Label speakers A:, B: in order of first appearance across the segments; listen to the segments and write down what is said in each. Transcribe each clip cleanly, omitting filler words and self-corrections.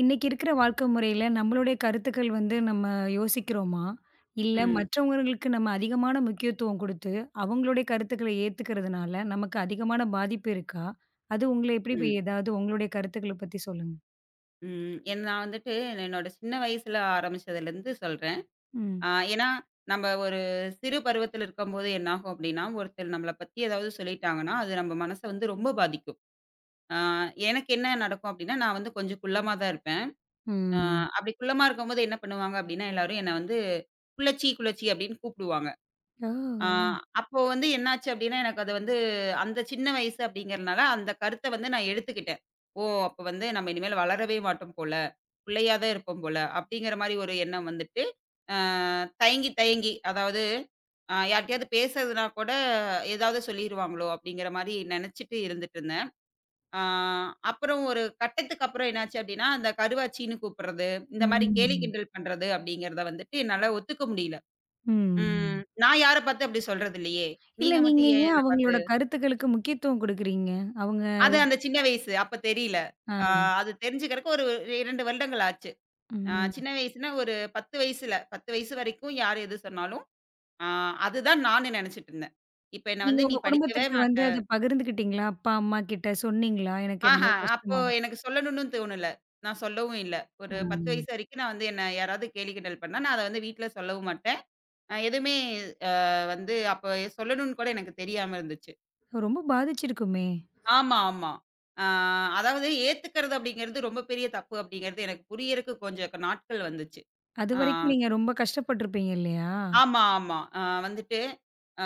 A: இன்னைக்கு இருக்கிற வாழ்க்கை முறையில நம்மளுடைய கருத்துக்கள் நம்ம யோசிக்கிறோமா? இல்ல
B: ம்.
A: மற்றவங்களுக்கு நம்ம அதிகமான முக்கியத்துவம் குடுத்து, அவங்களுடைய கருத்துக்கள ஏத்துக்கிறதுனால நமக்கு அதிகமான பாதிப்பு இருக்கா? அது உங்கள எப்படி
B: ம்.
A: போய் ஏதாவது உங்களுடைய கருத்துக்கள பத்தி சொல்லுங்க.
B: ம். ஏன்னா நான் வந்துட்டு என்னோட சின்ன வயசுல ஆரம்பிச்சதுலேருந்து சொல்றேன்.
A: ம்.
B: ஆ ஏன்னா, நம்ம ஒரு சிறு பருவத்துல இருக்கும்போது என்னாகும் அப்டின்னா, ஒருத்தர் நம்மள பத்தி ஏதாவது சொல்லிட்டாங்கன்னா, அது நம்ம மனச வந்து ரொம்ப பாதிக்கும். ஆ எனக்கு என்ன நடக்கும் அப்டின்னா, நான் வந்து கொஞ்சம் குள்ளமா தான் இருப்பேன். ஆ
A: ம்.
B: அப்டி குள்ளமா இருக்கும்போது என்ன பண்ணுவாங்க அப்டின்னா, எல்லாரும் என்ன வந்து "குள்ளச்சி, குள்ளச்சி" அப்டின்னு கூப்பிடுவாங்க. ஆ
A: ஓ!
B: அப்போ வந்து என்னாச்சு அப்டின்னா, எனக்கு அது வந்து அந்த சின்ன வயசு அப்டிங்கிறனால, அந்த கருத்த வந்து நான் எடுத்துக்கிட்டேன். ஓ! அப்ப வந்து நம்ம இனிமேல் வளரவே மாட்டோம் போல. பிள்ளையா தான் இருப்போம் போல. அப்படிங்கிற மாரி ஒரு எண்ணம் வந்துட்டு, அ தயங்கி தயங்கி அதாவது யார்ட்டயாவது பேசுறதுனா கூட ஏதாவது சொல்லிருவாங்களோ அப்படிங்கிற மாரி நெனச்சுட்டு இருந்துட்டு இருந்தேன். ஆ அப்புறம் ஒரு கட்டத்துக்கு அப்புறம் என்னாச்சு அப்படின்னா, அந்த கருவாச்சின்னு கூப்பிடுறது, இந்த மாரி கேலி
A: ம்.
B: கிண்டல் பண்றது அப்படிங்கிறத வந்துட்டு என்னால ஒத்துக்க முடியல.
A: ம்.
B: நான் யார பார்த்து அப்படி சொல்றது இல்லையே.
A: இல்ல
B: நீங்க
A: நீங்க
B: மட்டும் ஏன்
A: ஏன்
B: என்ன பார்த்து
A: அவங்களோட கருத்துக்களுக்கு முக்கியத்துவம் குடுக்குறீங்க? அவங்க
B: அது அந்த சின்ன வயசு அப்ப தெரியல.
A: அ
B: ஆ அது தெரிஞ்சுக்கிறக்கு ஒரு 2 வருடங்கள் ஆச்சு.
A: ம்.
B: சின்ன வயசுனா ஒரு 10 வயசுல 10 வயசு வரைக்கும் யார் எது சொன்னாலும், ஆ அதுதான் நானு நெனச்சுட்டு இருந்தேன். இப்ப என்ன
A: நீங்க
B: வந்து நீ
A: உங்க
B: படிக்கவே
A: குடும்பத்துக்கிட்ட
B: மாட்ட
A: அத பகிர்ந்துக்கிட்டீங்களா? அப்பா, அம்மா கிட்ட சொன்னீங்களா? எனக்கு இந்த மாரி
B: அப்போ
A: கஷ்டமா இருக்கு.
B: எனக்கு சொல்லணும்னு தோணல. நான் சொல்லவும் இல்ல.
A: ஆ.
B: ஒரு 10 வயசு வரைக்கும் நான் வந்து என்ன யாராவது கேலி கிண்டல் பண்ணா, நான் அத வந்து வீட்ல சொல்லவும் மாட்டேன். அ எதுவுமே அ வந்து அப்ப சொல்லணும்னு கூட எனக்கு தெரியாம இருந்துச்சு.
A: ரொம்ப பாதிச்சிருக்குமே!
B: ஆமா, ஆமா. ஆ அதாவது ஏத்துக்கிறது அப்படிங்கிறது ரொம்ப பெரிய தப்பு அப்படிங்கிறது எனக்கு புரியறக்கு கொஞ்சம் நாட்கள் வந்துச்சு. ஆ.
A: அதுவரைக்கும் நீங்க ரொம்ப கஷ்டப்பட்டுருப்பீங்க இல்லயா?
B: ஆமா, ஆமா. வந்துட்டு, அ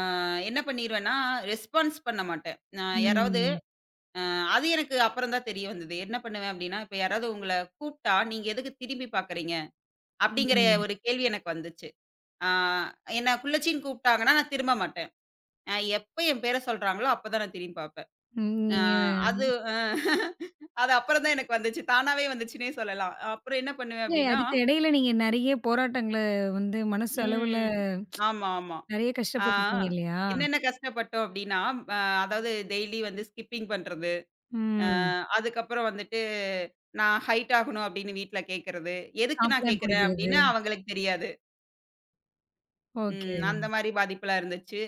B: என்ன பண்ணிருவேன்னா, ரெஸ்பான்ஸ் பண்ண மாட்டேன். நான் யாராவது
A: ம்.
B: அ அது எனக்கு அப்புறம் தான் தெரிய வந்தது. என்ன பண்ணுவேன் அப்டின்னா, இப்ப யாராவது உங்கள கூப்ட்டா, "நீங்க எதுக்கு திரும்பி பாக்குறீங்க?" அப்டிங்கிற
A: ம்.
B: ஒரு கேள்வி எனக்கு வந்துச்சு. அ என்ன குள்ளச்சின்னு கூப்ட்டாங்கன்னா, நான் திரும்ப மாட்டேன். எப்ப என் பேர சொல்றாங்களோ, அப்பதான் நான் திரும்பி பாப்பேன்.
A: ம்.
B: அ அது அ அது அப்புறம் தான் எனக்கு வந்துச்சு. தானாவே வந்துச்சுன்னே சொல்லலாம். அப்புறம் என்ன பண்ணுவேன்
A: இல்ல
B: அப்டின்னா
A: அதுக்கு இடையில நீங்க நெறைய போராட்டங்கள மனசு அளவுல
B: ம். ஆமா, ஆமா.
A: நெறைய
B: ஆ.
A: கஷ்டப்பட்டுருப்பீங்க இல்லயா?
B: என்னென்ன கஷ்டப்பட்டோம் அப்டின்னா, அ அதாவது டெய்லி வந்து ஸ்கிப்பிங் பண்றது. அ
A: ம்.
B: அதுக்கப்புறம் வந்துட்டு நான் ஹைட் ஆகணும் அப்டின்னு வீட்ல கேட்கறது. எதுக்கு நான்
A: காம்ப்ளான்
B: கேட்கிறேன்
A: குடிக்கிறது.
B: அப்டின்னு அவங்களுக்கு தெரியாது.
A: ஓகே.
B: ம் அந்த மாரி பாதிப்புலாம் இருந்துச்சு.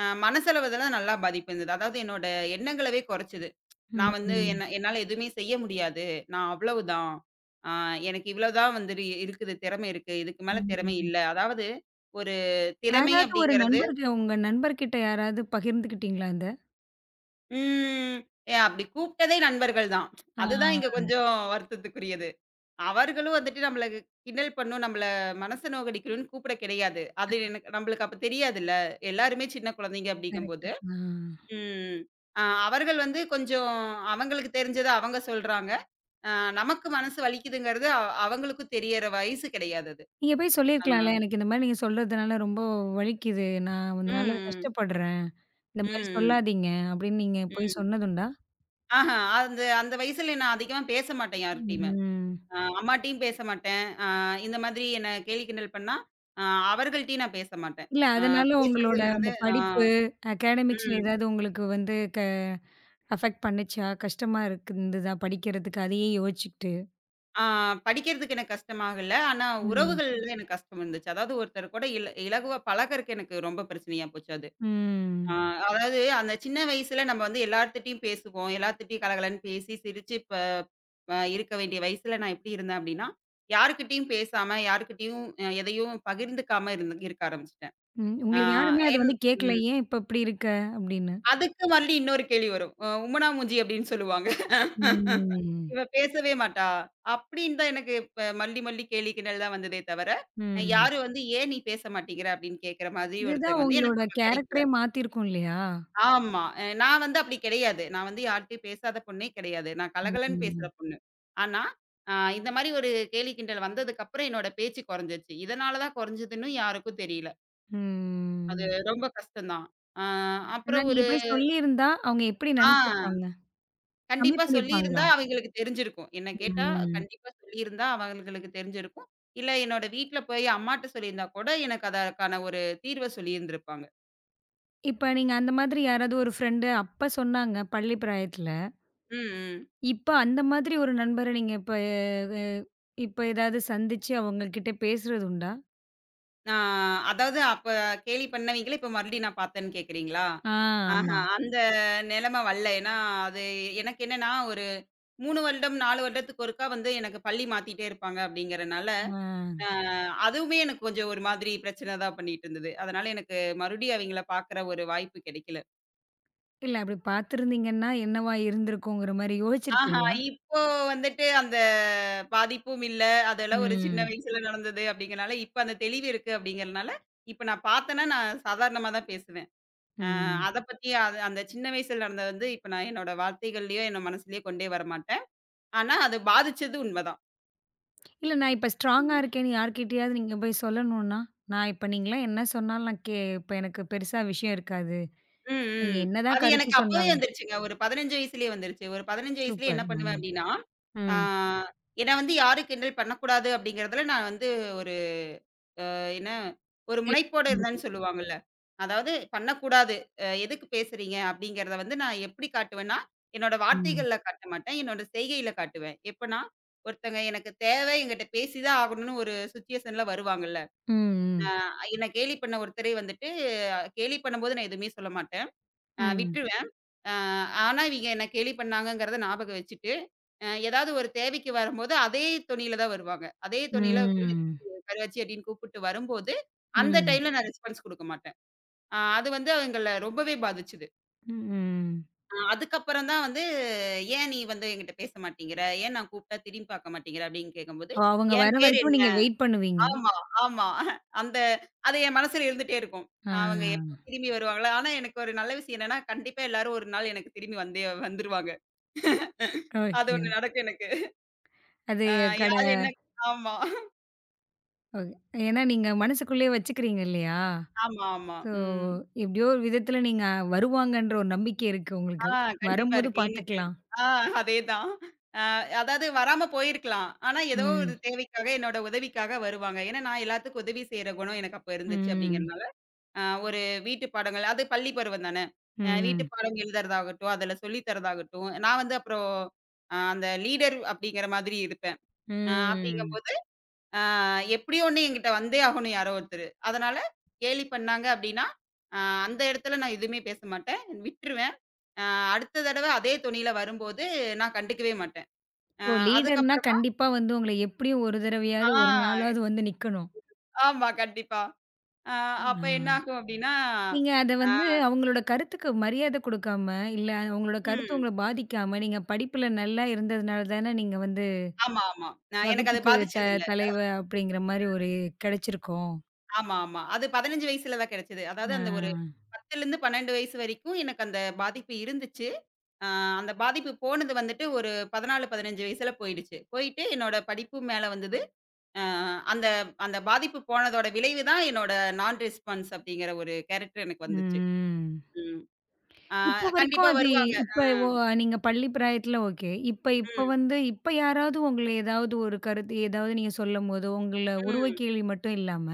B: மனசளவுல நல்லா பாதிப்பு இருந்தது. அதாவது என்னோட எண்ணங்களவே குறைச்சது. நான் வந்து
A: ம்.
B: என்ன என்னால எதுவுமே செய்ய முடியாது. நான் அவ்வளவுதான். ஆ எனக்கு இவ்வளவுதான் வந்து இருக்குது. திறமை இருக்கு. இதுக்கு மேல திறமை
A: ம்.
B: இல்ல. அதாவது ஒரு திறமை
A: யாராவது ஒரு
B: அப்டிங்கிறது
A: நண்பர்கள் உங்க நண்பர்கிட்ட யாராவது பகிர்ந்துக்கிட்டீங்களா இத?
B: ம். அப்படி கூப்பிட்டதே நண்பர்கள் தான்.
A: ஆ
B: அதுதான் இங்க கொஞ்சம் வருத்தத்துக்குரியது. அவர்களும் வந்துட்டு நம்மள கிண்டல் பண்ணும், நம்மள மனச நோகடிக்கணும்னு கூப்பிட கிடையாது. அது எனக்கு நம்மளுக்கு அப்ப தெரியாதுல்ல. எல்லாருமே சின்ன குழந்தைங்க
A: கரெக்ட்டு.
B: அப்படிங்கும்போது.
A: ஆ.
B: ம். அவர்கள் வந்து கொஞ்சம் அவங்களுக்கு தெரிஞ்சத அவங்க சொல்றாங்க. அ நமக்கு மனசு வலிக்குதுங்கிறது அவங்களுக்கும் தெரியற வயசு கிடையாது அது.
A: நீங்க போய் சொல்லியிருக்கலாம்ல.
B: அதனால
A: எனக்கு இந்த மாரி நீங்க சொல்றதுனால ரொம்ப வலிக்குது. நான் அதனால
B: ம்,
A: கஷ்டப்படுறேன். இந்த மாரி
B: ம், ம்,
A: சொல்லாதீங்க அப்படின்னு நீங்க போய்
B: ம்.
A: சொன்னதுண்டா?
B: அந்த அந்த வயசுல நான் அதிகமா பேச மாட்டேன் யார்ட்டயுமே.
A: ம்.
B: அம்மாட்டயும் பேச மாட்டேன். இந்த மாதிரி என்ன கேலி கிண்டல் பண்ணா, அ அவர்கள்ட்டயும் நான் பேச மாட்டேன்.
A: இல்ல
B: அ
A: அதனால உங்களோட அந்த
B: பேசுறதுங்கிறது
A: படிப்பு, அகாடமிக்ஸ்ல
B: ம்.
A: ஏதாவது உங்களுக்கு வந்து க அஃபெக்ட் பண்ணுச்சா? கஷ்டமா இருக்கு இருந்ததா படிக்கிறதுக்கு அதையே யோசிச்சுக்கிட்டு?
B: ஆ படிக்கிறதுக்கு எனக்கு கஷ்டமாகல. ஆனா
A: ம்.
B: உறவுகள்ல எனக்கு கஷ்டம் இருந்துச்சு. அதாவது ஒருத்தர் கூட இலகுவா பழகறக்கு எனக்கு ரொம்ப பிரச்சனையா போச்சு அது. ஆ
A: ம்.
B: அதாவது அந்த சின்ன வயசுல நம்ம வந்து எல்லார்த்துட்டயும் பேசுவோம். எல்லார்த்துட்டயும் கலகலன்னு பேசி, சிரிச்சு ப அ இருக்க வேண்டிய வயசுல நான் எப்படி இருந்தேன் அப்படின்னா, யார்கிட்டயும் பேசாம, யார்கிட்டயும் எதையும் பகிர்ந்துக்காம இருக்க ஆரம்பிச்சுட்டேன்.
A: ம்.
B: ஆ
A: உங்களுக்கு யாருமே அது
B: என்
A: வந்து கேட்கல.
B: ம்.
A: ஏன் இப்ப இப்படி இருக்க? அப்படின்னு.
B: அதுக்கு மறுபடி இன்னொரு கேள்வி வரும். உம்மனா மூஞ்சி அப்படின்னு சொல்லுவாங்க. இவ
A: ம்.
B: பேசவே மாட்டா. அப்படின்னு தான் எனக்கு இப்ப மல்லி மல்லி கேலி கிண்டல் தான் வந்ததே தவிர,
A: ம்.
B: யாரும் வந்து ஏன் நீ பேச மாட்டேங்கிற அப்படின்னு கேட்கிற மாதிரி
A: இதுதான்
B: ஒருத்தங்க வந்து எனக்கு
A: உங்களோட
B: அப்ப கிடைக்கல.
A: கேரக்டரே மாத்திருக்கும் இல்லையா?
B: ஆமா. நான் வந்து அப்படி கிடையாது. நான் வந்து யார்ட்டயும் பேசாத பொண்ணே கிடையாது. நான் கலகலன்னு பேசுற
A: ம்.
B: பொண்ணு. ஆனா, அ இந்த மாரி ஒரு கேலி கிண்டல் வந்ததுக்கு அப்புறம் என்னோட பேச்சு குறைஞ்சிருச்சு. இதனால தான் குறைஞ்சதுன்னும் யாருக்கும் தெரியல. அது
A: ம்.
B: ரொம்ப கஷ்டம் தான். அ
A: ஆனா
B: அப்புறம்
A: நீங்க
B: ஒரு
A: போய் சொல்லியிருந்தா, அவங்க எப்படி
B: ஆ.
A: நெனச்சிருப்பாங்க? கம்மி
B: கண்டிப்பா
A: பண்ணியிருப்பாங்களா?
B: சொல்லியிருந்தா அவைங்களுக்கு தெரிஞ்சிருக்கும். என்ன கேட்டா,
A: ம்.
B: கண்டிப்பா சொல்லியிருந்தா அவங்களுக்கு தெரிஞ்சிருக்கும். இல்ல என்னோட வீட்ல போய் அம்மாட்ட சொல்லியிருந்தா கூட, எனக்கு அதற்கான ஒரு தீர்வ சொல்லியிருந்திருப்பாங்க.
A: இப்ப நீங்க அந்த மாதிரி யாராவது ஒரு ஃப்ரெண்டு அப்ப சொன்னாங்க, பள்ளி பிராயத்துல.
B: ம், ம்.
A: இப்ப அந்த மாதிரி ஒரு நண்பர நீங்க அ இப்ப ஏதாவது சந்திச்சு அவங்ககிட்ட பேசுறது உண்டா?
B: நான் அதாவது அப்ப கேலி பண்ணவைங்கள இப்ப மறுபடியும் நான் பார்த்தேன்னு கேட்கிறீங்களா?
A: ஆ ஆமா.
B: அந்த நிலைமை வரல. ஏன்னா, அது எனக்கு என்னன்னா, ஒரு 3 வருடம், 4 வருடத்துக்கு ஒருக்கா வந்து எனக்கு பள்ளி மாத்திட்டே இருப்பாங்க அப்படிங்கிறனால,
A: ஆ.
B: அ அதுவுமே எனக்கு கொஞ்சம் ஒரு மாதிரி பிரச்சனை தான் பண்ணிட்டு இருந்தது. அதனால எனக்கு மறுபடியும் அவைங்கள பார்க்குற ஒரு வாய்ப்பு கிடைக்கல.
A: இல்ல அப்படி பார்த்திருந்தீங்கன்னா, என்னவா இருந்திருக்குங்கிற மாரி
B: ஆஹா,
A: யோசிச்சிருக்கீங்களா?
B: இப்போ வந்துட்டு அந்த பாதிப்பும் இல்ல. அதெல்லாம் ஒரு சின்ன
A: ம்.
B: வயசுல நடந்தது அப்படிங்கிறனால, இப்ப அந்த தெளிவு இருக்கு அப்படிங்கிறனால, இப்ப நான் பார்த்தேன்னா, நான் சாதாரணமா தான் பேசுவேன். அ
A: ம்.
B: அத பத்தி அது அந்த சின்ன வயசுல நடந்தது வந்து, இப்ப நான் என்னோட வார்த்தைகள்லயோ, என்னோட மனசுலயோ கொண்டே வரமாட்டேன். ஆனா, அது பாதிச்சது உண்மதான்.
A: இல்ல நான் இப்ப ஸ்ட்ராங்கா இருக்கேன்னு யார்கிட்டயாவது நீங்க போய் சொல்லணும்னா, நான் இப்ப நீங்கலாம் என்ன சொன்னாலும் நான் கே இப்ப எனக்கு பெருசா விஷயம் இருக்காது.
B: ம்,
A: நீங்க
B: ம்.
A: என்னதான்
B: அது
A: கருத்து
B: எனக்கு அப்பவே
A: சொன்னாலும்.
B: வந்துருச்சுங்க. ஒரு 15 வயசுலயே வந்துருச்சு. ஒரு 15 வயசுலயே
A: சூப்பர்.
B: என்ன பண்ணுவேன்
A: ம்.
B: அப்படின்னா, ஆ
A: ம்.
B: என்ன வந்து யாரும் கிண்டல் பண்ணக்கூடாது அப்படிங்கிறதுல நான் வந்து என்ன ஒரு
A: சரி.
B: முனைப்போட இருந்தேன்னு
A: வந்துட்டீங்க.
B: சொல்லுவாங்கல்ல. அதாவது பண்ணக்கூடாது. எதுக்கு பேசுறீங்க? அப்படிங்கிறத வந்து நான் எப்படி காட்டுவேன்னா, என்னோட
A: ம்.
B: வார்த்தைகள்ல காட்ட மாட்டேன். என்னோட செய்கையில காட்டுவேன். எப்பன்னா, ஒருத்தங்க எனக்கு தேவை, என்கிட்ட பேசி தான் ஆகணும்னு ஒரு சிச்சுவேஷன்ல வருவாங்கல்ல. அ
A: ம்.
B: என்ன கேலி பண்ண ஒருத்தரே வந்துட்டு கேலி பண்ணும்போது நான் எதுவுமே சொல்ல மாட்டேன்.
A: ம்.
B: விட்டுருவேன். அ ஆனா, இவிங்க என்ன கேலி பண்ணாங்கங்கிறத ஞாபகம் வச்சுட்டு, ஏதாவது ஒரு தேவைக்கு வரும்போது அதே தொனியில தான் வருவாங்க. அதே
A: ம்.
B: தொனியில
A: ம்.
B: கருவாச்சி அப்படின்னு கூப்பிட்டு வரும்போது, அந்த
A: ம்.
B: டைம்ல நான் ரெஸ்பான்ஸ் குடுக்க மாட்டேன். அது வந்து எங்கள ரொம்பவே பாதிச்சது.
A: ம்.
B: அதுக்கப்புறம் தான் வந்து, "ஏன் நீ வந்து என்கிட்ட பேச மாட்டேங்கிற? ஏன் நான் கூப்பிட்டா திரும்பி பார்க்க மாட்டேங்கிற?" அப்படின்னு கேட்கும்போது,
A: ஓ! அவங்க வர
B: "என் பேர்
A: வரைக்கும்
B: என்ன?"
A: நீங்க வெயிட் பண்ணுவீங்க.
B: ஆமா, ஆமா. அந்த அது என் மனசுல இருந்துட்டே இருக்கும்.
A: ஆ.
B: அவங்க எப்ப திரும்பி வருவாங்களா? ஆனா எனக்கு ஒரு நல்ல விஷயம் என்னன்னா, கண்டிப்பா எல்லாரும் ஒரு நாள் எனக்கு திரும்பி வந்தே வந்துருவாங்க. அது
A: ஓகே.
B: ஒண்ணு நடக்கும் எனக்கு.
A: அது
B: அ
A: கட
B: யாரு என்ன ஆமா,
A: ஏன்னா நீங்க மனசுக்குள்ளேயே வச்சுக்கிறீங்க இல்லையா?
B: ஆமா, ஆமா.
A: ஸோ
B: ம்.
A: எப்படியோ ஒரு விதத்துல நீங்க வருவாங்கன்ற ஒரு நம்பிக்கை இருக்கு
B: ஆ
A: உங்களுக்கு.
B: கண்டிப்பா
A: வரும்போது
B: இருக்கு. எனக்கு
A: பார்த்துக்கலாம்.
B: ஆ அதேதான். அ அதாவது வராம போயிருக்கலாம். ஆனா ஏதோ ஒரு
A: ம்.
B: தேவைக்காக, என்னோட உதவிக்காக வருவாங்க. ஏன்னா, நான் எல்லாத்துக்கும் உதவி செய்ற குணம் எனக்கு அப்ப இருந்துச்சு
A: ம்.
B: அப்படிங்கிறனால, அ ஒரு வீட்டு பாடங்கள் அது பள்ளி பருவம் தானே. வீட்டு
A: ம்.
B: பாடம் எழுதுறதாகட்டும், அதுல சொல்லி தரதாகட்டும், நான் வந்து அப்புறம் அந்த லீடர் அப்படிங்கிற மாதிரி இருப்பேன்.
A: ம்.
B: அப்படிங்கும்போது எப்படியோ ஒண்ணு என்கிட்ட வந்தே ஆகணும் யாரோ ஒருத்தரு. அதனால கேலி பண்ணாங்க அப்படின்னா, அ அந்த இடத்துல நான் எதுவுமே பேச மாட்டேன். விட்டுருவேன். அ அடுத்த தடவ அதே தொனியில வரும்போது நான் கண்டுக்கவே மாட்டேன்.
A: ஓ!
B: ம்.
A: லீடர்னா
B: அதுக்கப்புறமா
A: கண்டிப்பா உங்கள எப்படியும் ஒரு
B: ஆ
A: தடவையாவது, ஒரு நாளாவது வந்து நிக்கணும்.
B: ஆமா கண்டிப்பா. அ
A: ஆ.
B: அப்ப என்ன ஆகும் அப்படின்னா,
A: நீங்க அத
B: அ
A: அவங்களோட கருத்துக்கு மரியாதை குடுக்காம, இல்ல அவங்களோட கருத்து
B: ம்.
A: உங்கள பாதிக்காம, நீங்க படிப்புல நல்லா இருந்ததுனால தானே நீங்க வந்து
B: ஆமா, ஆமா. நான் எனக்கு அது
A: வகுப்புக்கு த
B: பாதிச்சதில்ல.
A: தலைவ அப்படிங்கிற மாரி ஒரு கிடைச்சிருக்கும்.
B: ஆமா, ஆமா. அது 15 வயசுல தான் கிடைச்சது. அதாவது
A: ஆ.
B: அந்த ஒரு 10லேருந்து 12 வயசு வரைக்கும் எனக்கு அந்த பாதிப்பு இருந்துச்சு. ஆ அந்த பாதிப்பு போனது வந்துட்டு ஒரு 14, 15 வயசுல போயிடுச்சு. போயிட்டு என்னோட படிப்பு மேல வந்தது. ஆ அந்த அந்த பாதிப்பு போனதோட விளைவு தான் என்னோட நான் ரெஸ்பான்ஸ் அப்படிங்கிற ஒரு கேரக்டர் எனக்கு வந்துச்சு.
A: ம்.
B: ம். ஆ
A: இப்ப வரைக்கும்
B: கண்டிப்பா
A: அது
B: வருவாங்க. ஆ.
A: இப்ப ஓ நீங்க பள்ளி பிராயத்துல ஓகே. இப்ப இப்ப
B: ம்.
A: வந்து இப்ப யாராவது உங்கள ஏதாவது ஒரு கருத்து ஏதாவது நீங்க சொல்லும்போதோ, உங்கள
B: ம்.
A: உருவ
B: ம்.
A: கேள்வி மட்டும் இல்லாம,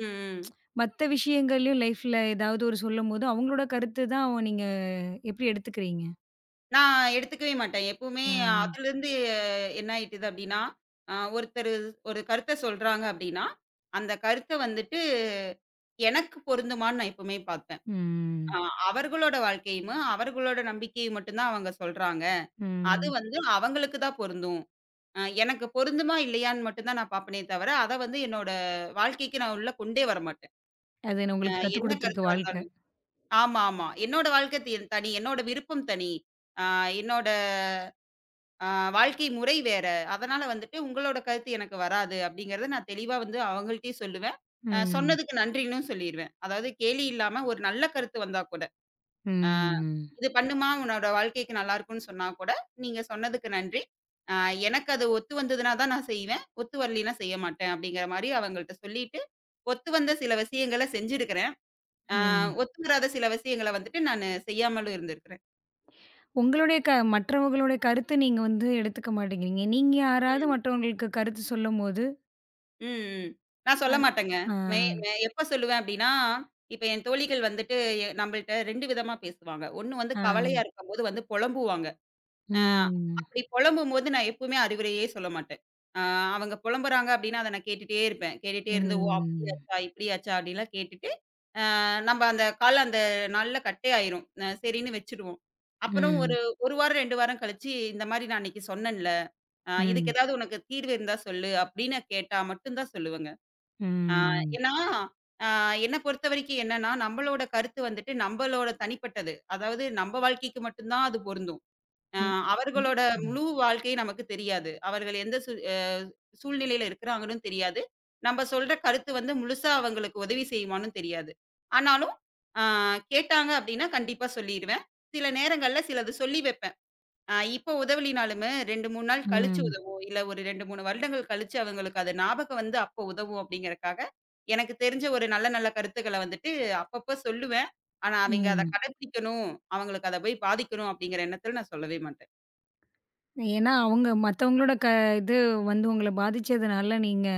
B: ம்.
A: மத்த விஷயங்கள்லயும் லைஃப்ல ஏதாவது ஒரு சொல்லும்போது, அவங்களோட கருத்து தான் நீங்க எப்படி எடுத்துக்கிறீங்க?
B: நான் எடுத்துக்கவே மாட்டேன். எப்பவுமே
A: ஆ.
B: அதுலருந்து என்ன ஆயிட்டுது அப்படின்னா, ஒருத்தரு ஒரு கருத்த சொல்றாங்க அப்படின்னா, அந்த கருத்த வந்துட்டு எனக்கு பொருந்துமான்னு நான் எப்பவுமே பார்ப்பேன்.
A: ம்.
B: ஆ அவர்களோட வாழ்க்கையும், அவர்களோட நம்பிக்கையும் மட்டும் தான் அவங்க சொல்றாங்க. அது
A: ம்.
B: வந்து அவங்களுக்கு தான் பொருந்தும். எனக்கு பொருந்துமா? இல்லையான்னு மட்டும் தான் நான் பார்ப்பனே தவிர, அத வந்து என்னோட வாழ்க்கைக்கு நான் உள்ள கொண்டே வரமாட்டேன்.
A: அது
B: அ
A: உங்களுக்கு கத்துக்
B: என்ன
A: குடுத்துருக்கு
B: கருத்தா
A: வாழ்க்கை.
B: இருந்தாலும். ஆமா, ஆமா. என்னோட வாழ்க்கை தனி. என்னோட விருப்பம் தனி. ஆ என்னோட அ வாழ்க்கை முறை வேற. அதனால வந்துட்டு உங்களோட கருத்து எனக்கு வராது அப்படிங்கிறத நான் தெளிவா வந்து அவங்கள்ட்டயும் சொல்லுவேன். ம்.
A: ம்.
B: சொன்னதுக்கு நன்றின்னும் சொல்லிருவேன். அதாவது கேலி இல்லாம ஒரு நல்ல கருத்து வந்தா கூட. ஆ
A: ம்.
B: "இது பண்ணுமா, உன்னோட வாழ்க்கைக்கு நல்லாருக்கும்ன்னு" சொன்னா கூட, நீங்க சொன்னதுக்கு நன்றி. ஆ எனக்கு அது ஒத்து வந்ததுனா தான் நான் செய்வேன். ஒத்து வரலீன்னா செய்ய மாட்டேன் அப்படிங்கிற மாரி அவங்கள்ட்ட சொல்லிட்டு, ஒத்து வந்த சில விஷயங்கள செஞ்சிருக்கிறேன். ஆ
A: ம்.
B: ஒத்து வராத சில விஷயங்கள வந்துட்டு நானு செய்யாமலும் இருந்திருக்கிறேன்.
A: உங்களுடைய மற்றவர்களுடைய கருத்து நீங்க எடுத்துக்க மாட்டேங்கிறீங்க. நீங்க யாராவது
B: ம்.
A: மற்றவங்களுக்கு கருத்து சொல்லும்போது,
B: ம், ம். நான் சொல்ல
A: அது
B: மாட்டேங்க.
A: ஆ,
B: மே மே எப்ப சொல்லுவேன் அப்படின்னா, இப்ப என் தோழிகள் வந்துட்டு நம்பள்ட்ட 2 விதமா பேசுவாங்க. ஒண்ணு வந்து
A: ஆ.
B: கவலையா இருக்கும்போது வந்து புலம்புவாங்க. அ
A: ம்.
B: அப்படி புலம்பும்போது நான் எப்பவுமே அறிவுரையே சொல்ல மாட்டேன். அ அவங்க புலம்புறாங்க அப்படின்னா, அத நான் கேட்டுட்டே இருப்பேன். கேட்டுட்டே இருந்து, "ஓ!
A: ம்.
B: அப்படியாச்சா, இப்படியாச்சா" அப்படின்லாம் கேட்டுட்டு, நம்ம அந்த அந்த நாள்ல கட்டே ஆயிரும். சரின்னு வச்சுடுவோம். அப்புறம்
A: ம்.
B: ஒரு 1 வாரம் 2 வாரம் கழிச்சு, இந்த மாரி "நான் அன்னைக்கு சொன்னேன்ல, இதுக்கு
A: ம்.
B: ஏதாவது உனக்கு தீர்வு இருந்தா சொல்லு" அப்படின்னு கேட்டா மட்டும் தான் சொல்லுவேங்க. அ
A: ம்.
B: ஏன்னா, அ என்ன பொறுத்தவரைக்கும் என்னன்னா, நம்மளோட கருத்து வந்துட்டு, நம்மளோட தனிப்பட்டது. அதாவது நம்ம வாழ்க்கைக்கு மட்டும் தான் அது பொருந்தும். அ
A: ம். ம்.
B: அவர்களோட முழு வாழ்க்கை நமக்கு தெரியாது. அவர்கள் எந்த சூ அ சூழ்நிலையில இருக்கிறாங்கன்னு தெரியாது. நம்ம சொல்ற கருத்து வந்து முழுசா அவங்களுக்கு உதவி செய்யுமான்னு தெரியாது. ஆனாலும், அ கேட்டாங்க அப்டின்னா கண்டிப்பா சொல்லிருவேன். சில நேரங்கள்ல சிலது சொல்லி வைப்பேன். இப்போ உதவலினாலுமே 2, 3 நாள் கழிச்சு
A: ம்.
B: உதவும். இல்ல ஒரு 2, 3 வருடங்கள் கழிச்சு அவங்களுக்கு அது ஞாபகம் வந்து அப்போ உதவும் அப்டிங்கிறக்காக, எனக்கு தெரிஞ்ச ஒரு நல்ல நல்ல கருத்துக்கள வந்துட்டு அப்பப்ப சொல்லுவேன். ஆனா, அவைங்க அத
A: ம்.
B: கடைபிடிக்கணும், அவங்களுக்கு அத போய் பாதிக்கணும் அப்டிங்கிற எண்ணத்துல நான் சொல்லவே மாட்டேன்.
A: ஏன்னா அவங்க மத்தவங்களோட க இது உங்கள பாதிச்சதுனால நீங்க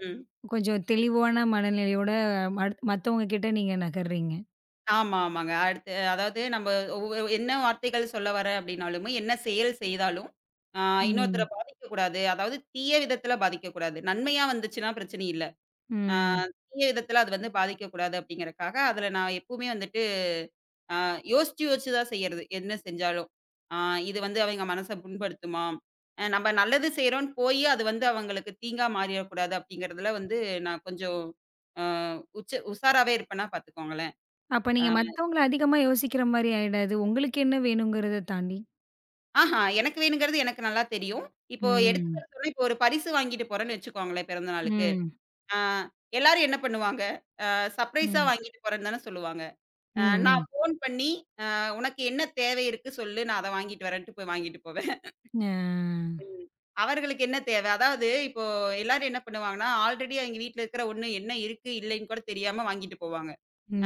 B: ம்.
A: கொஞ்சம் தெளிவான மனநிலையோட மத்தவங்க கிட்ட நீங்க நகர்றீங்க.
B: ஆமா, ஆமாங்க. அடுத்து அதாவது நம்ம என்ன வார்த்தைகள் சொல்ல வரேன் அப்டின்னாலுமே, என்ன செயல் செய்தாலும், ஆ இன்னொருத்தர
A: ம்.
B: பாதிக்கக்கூடாது. அதாவது தீய விதத்தில பாதிக்கக்கூடாது. நன்மையா வந்துச்சுன்னா பிரச்சனை இல்ல. ஆ
A: ம்.
B: தீய விதத்தில அது வந்து பாதிக்கக்கூடாது அப்டிங்கிறக்காக, அதில நான் எப்பவுமே வந்துட்டு ஆ யோசிச்சு யோசிச்சு தான் செய்யறது. என்ன செஞ்சாலும். ஆ இது வந்து அவைங்க மனச புண்படுத்துமா? நம்ம நல்லது செய்றோம்னு போயி, அது வந்து அவங்களுக்கு தீங்கா மாறிறக்கூடாது அப்டிங்கிறதுல வந்து நான் கொஞ்சம் ஆ உச்ச உஷாராவே இருப்பேன்னா பார்த்துக்கோங்களேன்.
A: அப்ப நீங்க மத்தவங்கள அதிகமா யோசிக்கிற மாரி ஆயிடாது. உங்களுக்கு என்ன வேணுங்கிறத தாண்டி.
B: ஆஹா! எனக்கு வேணுங்கிறது எனக்கு நல்லா தெரியும். இப்போ
A: ம்.
B: எடுத்துக்காட்டு சொன்னா, இப்போ ஒரு பரிசு வாங்கிட்டு போறேன்னு வச்சுக்கோங்களேன் பிறந்த நாளுக்கு.
A: ம்.
B: ஆ எல்லாரும் என்ன பண்ணுவாங்க? சர்ப்ரைஸா
A: ம்.
B: வாங்கிட்டு போறேன்னு தானே சொல்லுவாங்க. நான்
A: ம்.
B: ஃபோன் பண்ணி, "அ உனக்கு என்ன தேவை இருக்கு சொல்லு, நான் அத வாங்கிட்டு வரேன்ட்டு" போய் வாங்கிட்டு போவேன்.
A: ம். ஆ.
B: ம். அவர்களுக்கு என்ன தேவை? அதாவது இப்போ எல்லாரும் என்ன பண்ணுவாங்கன்னா, ஆல்ரெடி அவிங்க வீட்ல இருக்கிற ஒண்ணு என்ன இருக்கு, இல்லைன்னு கூட தெரியாம வாங்கிட்டு போவாங்க.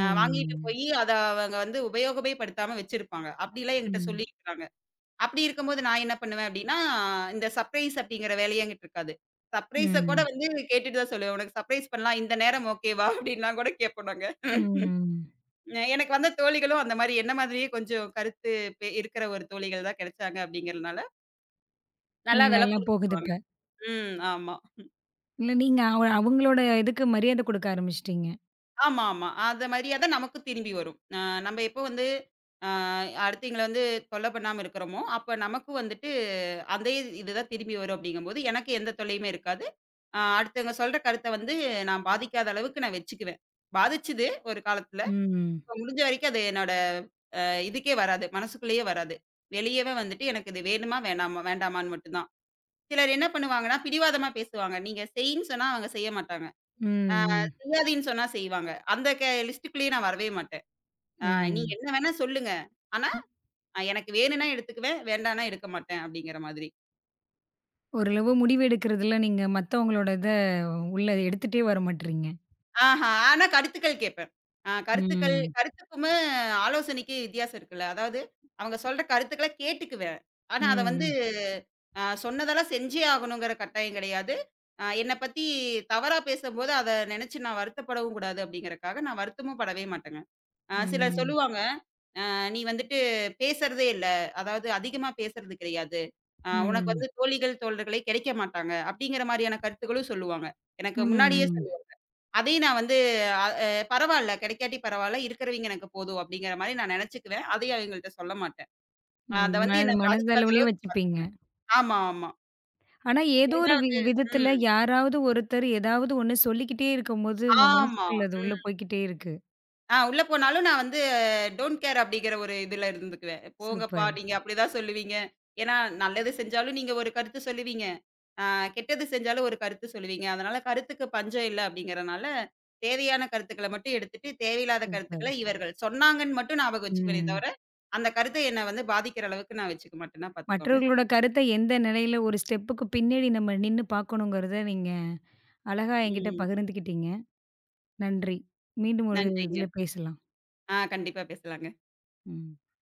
B: வாங்கிட்டு போயி, அத அவங்க வந்து உபயோகமே படுத்தாம வச்சிருப்பாங்க. அப்படிலாம் என்கிட்ட
A: ம்.
B: சொல்லியிருக்கிறாங்க. அப்படி இருக்கும்போது நான் என்ன பண்ணுவேன் அப்படின்னா, இந்த சர்ப்ரைஸ் அப்படிங்கிற வேலையே என்கிட்ட இருக்காது. சர்ப்ரைஸ கூட
A: ம்.
B: ம். வந்து கேட்டுட்டு தான் சொல்லுவேன். "உனக்கு சர்ப்ரைஸ் பண்ணலாம். இந்த நேரம் ஓகேவா?" அப்படின்லாம் கூட கேட்போம் நாங்க.
A: ம்.
B: எனக்கு வந்த தோழிகளும் அந்த மாரி என்ன மாதிரியே கொஞ்சம் கருத்து இருக்கிற ஒரு தோழிகள் தான் கிடைச்சாங்க அப்படிங்கிறதுனால, நல்லா
A: ம்.
B: அதெல்லாம்
A: நல்லா போகுது
B: புரிஞ்சுக்குவாங்க.
A: இப்ப.
B: ம். ஆமா.
A: இல்ல நீங்க அவங்களோட இதுக்கு மரியாத குடுக்க ஆரம்பிச்சுட்டீங்க.
B: ஆமா, ஆமா. அத மாரியே தான் நமக்கு திரும்பி வரும். நம்ம எப்போ வந்து அ அடுத்தவங்கள வந்து தொல்ல பண்ணாம இருக்கிறோமோ, அப்ப நமக்கும் வந்துட்டு அதே இது தான் திரும்பி வரும் அப்படிங்கும்போது, எனக்கு எந்த தொல்லையுமே இருக்காது. அடுத்தவங்க சொல்ற கருத்த வந்து நான் பாதிக்காத அளவுக்கு நான் வச்சுக்குவேன். பாதிச்சுது ஒரு காலத்துல.
A: ம்.
B: இப்ப முடிஞ்ச வரைக்கும் அது என்னோட இதுக்கே வராது. மனசுக்குள்ளேயே வராது. வெளியவே வந்துட்டு எனக்கு இது வேணுமா வேண்டாமான்னு மட்டும் தான். சிலர் என்ன பண்ணுவாங்கன்னா, பிடிவாதமா பேசுவாங்க. நீங்க செய்ன்னு சொன்னா அவங்க செய்ய மாட்டாங்க. ஆ
A: ம்.
B: செய்யாதீன்னு சொன்னா செய்வாங்க. அந்த லிஸ்ட்டுக்குள்ளேயே நான் வரவே மாட்டேன். ஆ நீங்க
A: ம்.
B: என்ன வேணா சொல்லுங்க. ஆனா, எனக்கு வேணும்னா எடுத்துக்குவேன், வேண்டாம்னா எடுக்க மாட்டேன் அப்படிங்கிற மாதிரி.
A: ஓரளவு முடிவு எடுக்கிறதுல நீங்க மத்தவங்களோட இத உள்ள எடுத்துட்டே வர மாட்றீங்க.
B: ஆஹா, ஆனா கருத்துக்கள் கேட்பேன். ஆ கருத்துக்கள்
A: ம்.
B: கருத்துக்கும் ஆலோசனைக்கு வித்தியாசம் இருக்குல்ல. அதாவது அவங்க சொல்ற கருத்துக்கள கேட்டுக்குவேன். ஆனா அத வந்து
A: ம்.
B: சொன்னதெல்லாம் செஞ்சே ஆகணுங்கிற கட்டாயம் கிடையாது. என்ன பத்தி தவறா பேசும்போது அத நினைச்சு நான் வருத்தப்படவும் கூடாது அப்படிங்கிறக்காக நான் வருத்தமும் படவே மாட்டேங்க.
A: ம்.
B: சிலர்
A: ம்.
B: சொல்லுவாங்க நீ வந்துட்டு பேசுறதே இல்ல. அதாவது அதிகமா பேசுறது கிடையாது. உனக்கு
A: ம்.
B: வந்து தோழிகள், தோழர்களே கிடைக்க மாட்டாங்க. அப்படிங்கிற மாரியான கருத்துக்களும் சொல்லுவாங்க. எனக்கு முன்னாடியே ம்.
A: ம்.
B: சொல்லு அதையும் நான் வந்து அ அ பரவால்ல, கிடைக்காட்டி பரவால்ல. இருக்கிறவைங்க எனக்கு போதும் அப்படிங்கிற மாரி நான் நெனச்சுக்குவேன். அதையும் அவங்கள்ட்ட சொல்ல மாட்டேன்.
A: ம்.
B: அத வந்து என்ன
A: மனது
B: பாதிக்காத
A: மனதளவுலயே
B: அளவுக்கு
A: வச்சுப்பீங்க.
B: ஆமா, ஆமா.
A: ஆனா ஏதோ ஒரு
B: 2வது
A: விதத்துல
B: ம்.
A: யாராவது ஒருத்தர் ஏதாவது ஒண்ணு சொல்லிக்கிட்டே இருக்கும்போது, நம்ம
B: ஆமா.
A: மனசுக்குள்ள அது உள்ள
B: ம்.
A: போய்க்கிட்டே இருக்கு.
B: உள்ள போனாலும் நான் வந்து டோன்ட் கேர் அப்படிங்கிற ஒரு இதுல இருந்துக்குவேன். போங்கப்பா,
A: சூப்பர்,
B: நீங்க அப்படிதான் சொல்லுவீங்க. ஏன்னா நல்லது செஞ்சாலும் நீங்க ஒரு கருத்து சொல்லுவீங்க. ஆ கெட்டது செஞ்சாலும் ஒரு கருத்து சொல்லுவீங்க. அதனால கருத்துக்கு பஞ்சம் இல்ல அப்படிங்கிறனால, தேவையான கருத்துக்கள மட்டும் எடுத்துட்டு, தேவையில்லாத
A: சூப்பர்.
B: கருத்துக்கள இவர்கள் சொன்னாங்கன்னு மட்டும் ஞாபகம் வச்சுக்குவேனே
A: ம்.
B: தவிர, அந்த கருத்து என்ன வந்து பாதிக்கிற அளவுக்கு நான் வச்சுக்க மாட்டேன்னா பாத்துக்கோங்க.
A: மற்றவர்களோட கருத்த எந்த நிலையில ஒரு ஸ்டெப்புக்கு பின்னாடி நம்ம நின்னு பார்க்கணுங்கிறத நீங்க அழகா என்கிட்ட
B: ம்.
A: பகிர்ந்துக்கிட்டீங்க. நன்றி. மீண்டும் ஒரு
B: நன்றிங்க.
A: இதுல பேசலாம்.
B: கண்டிப்பா பேசலாங்க.
A: ம்.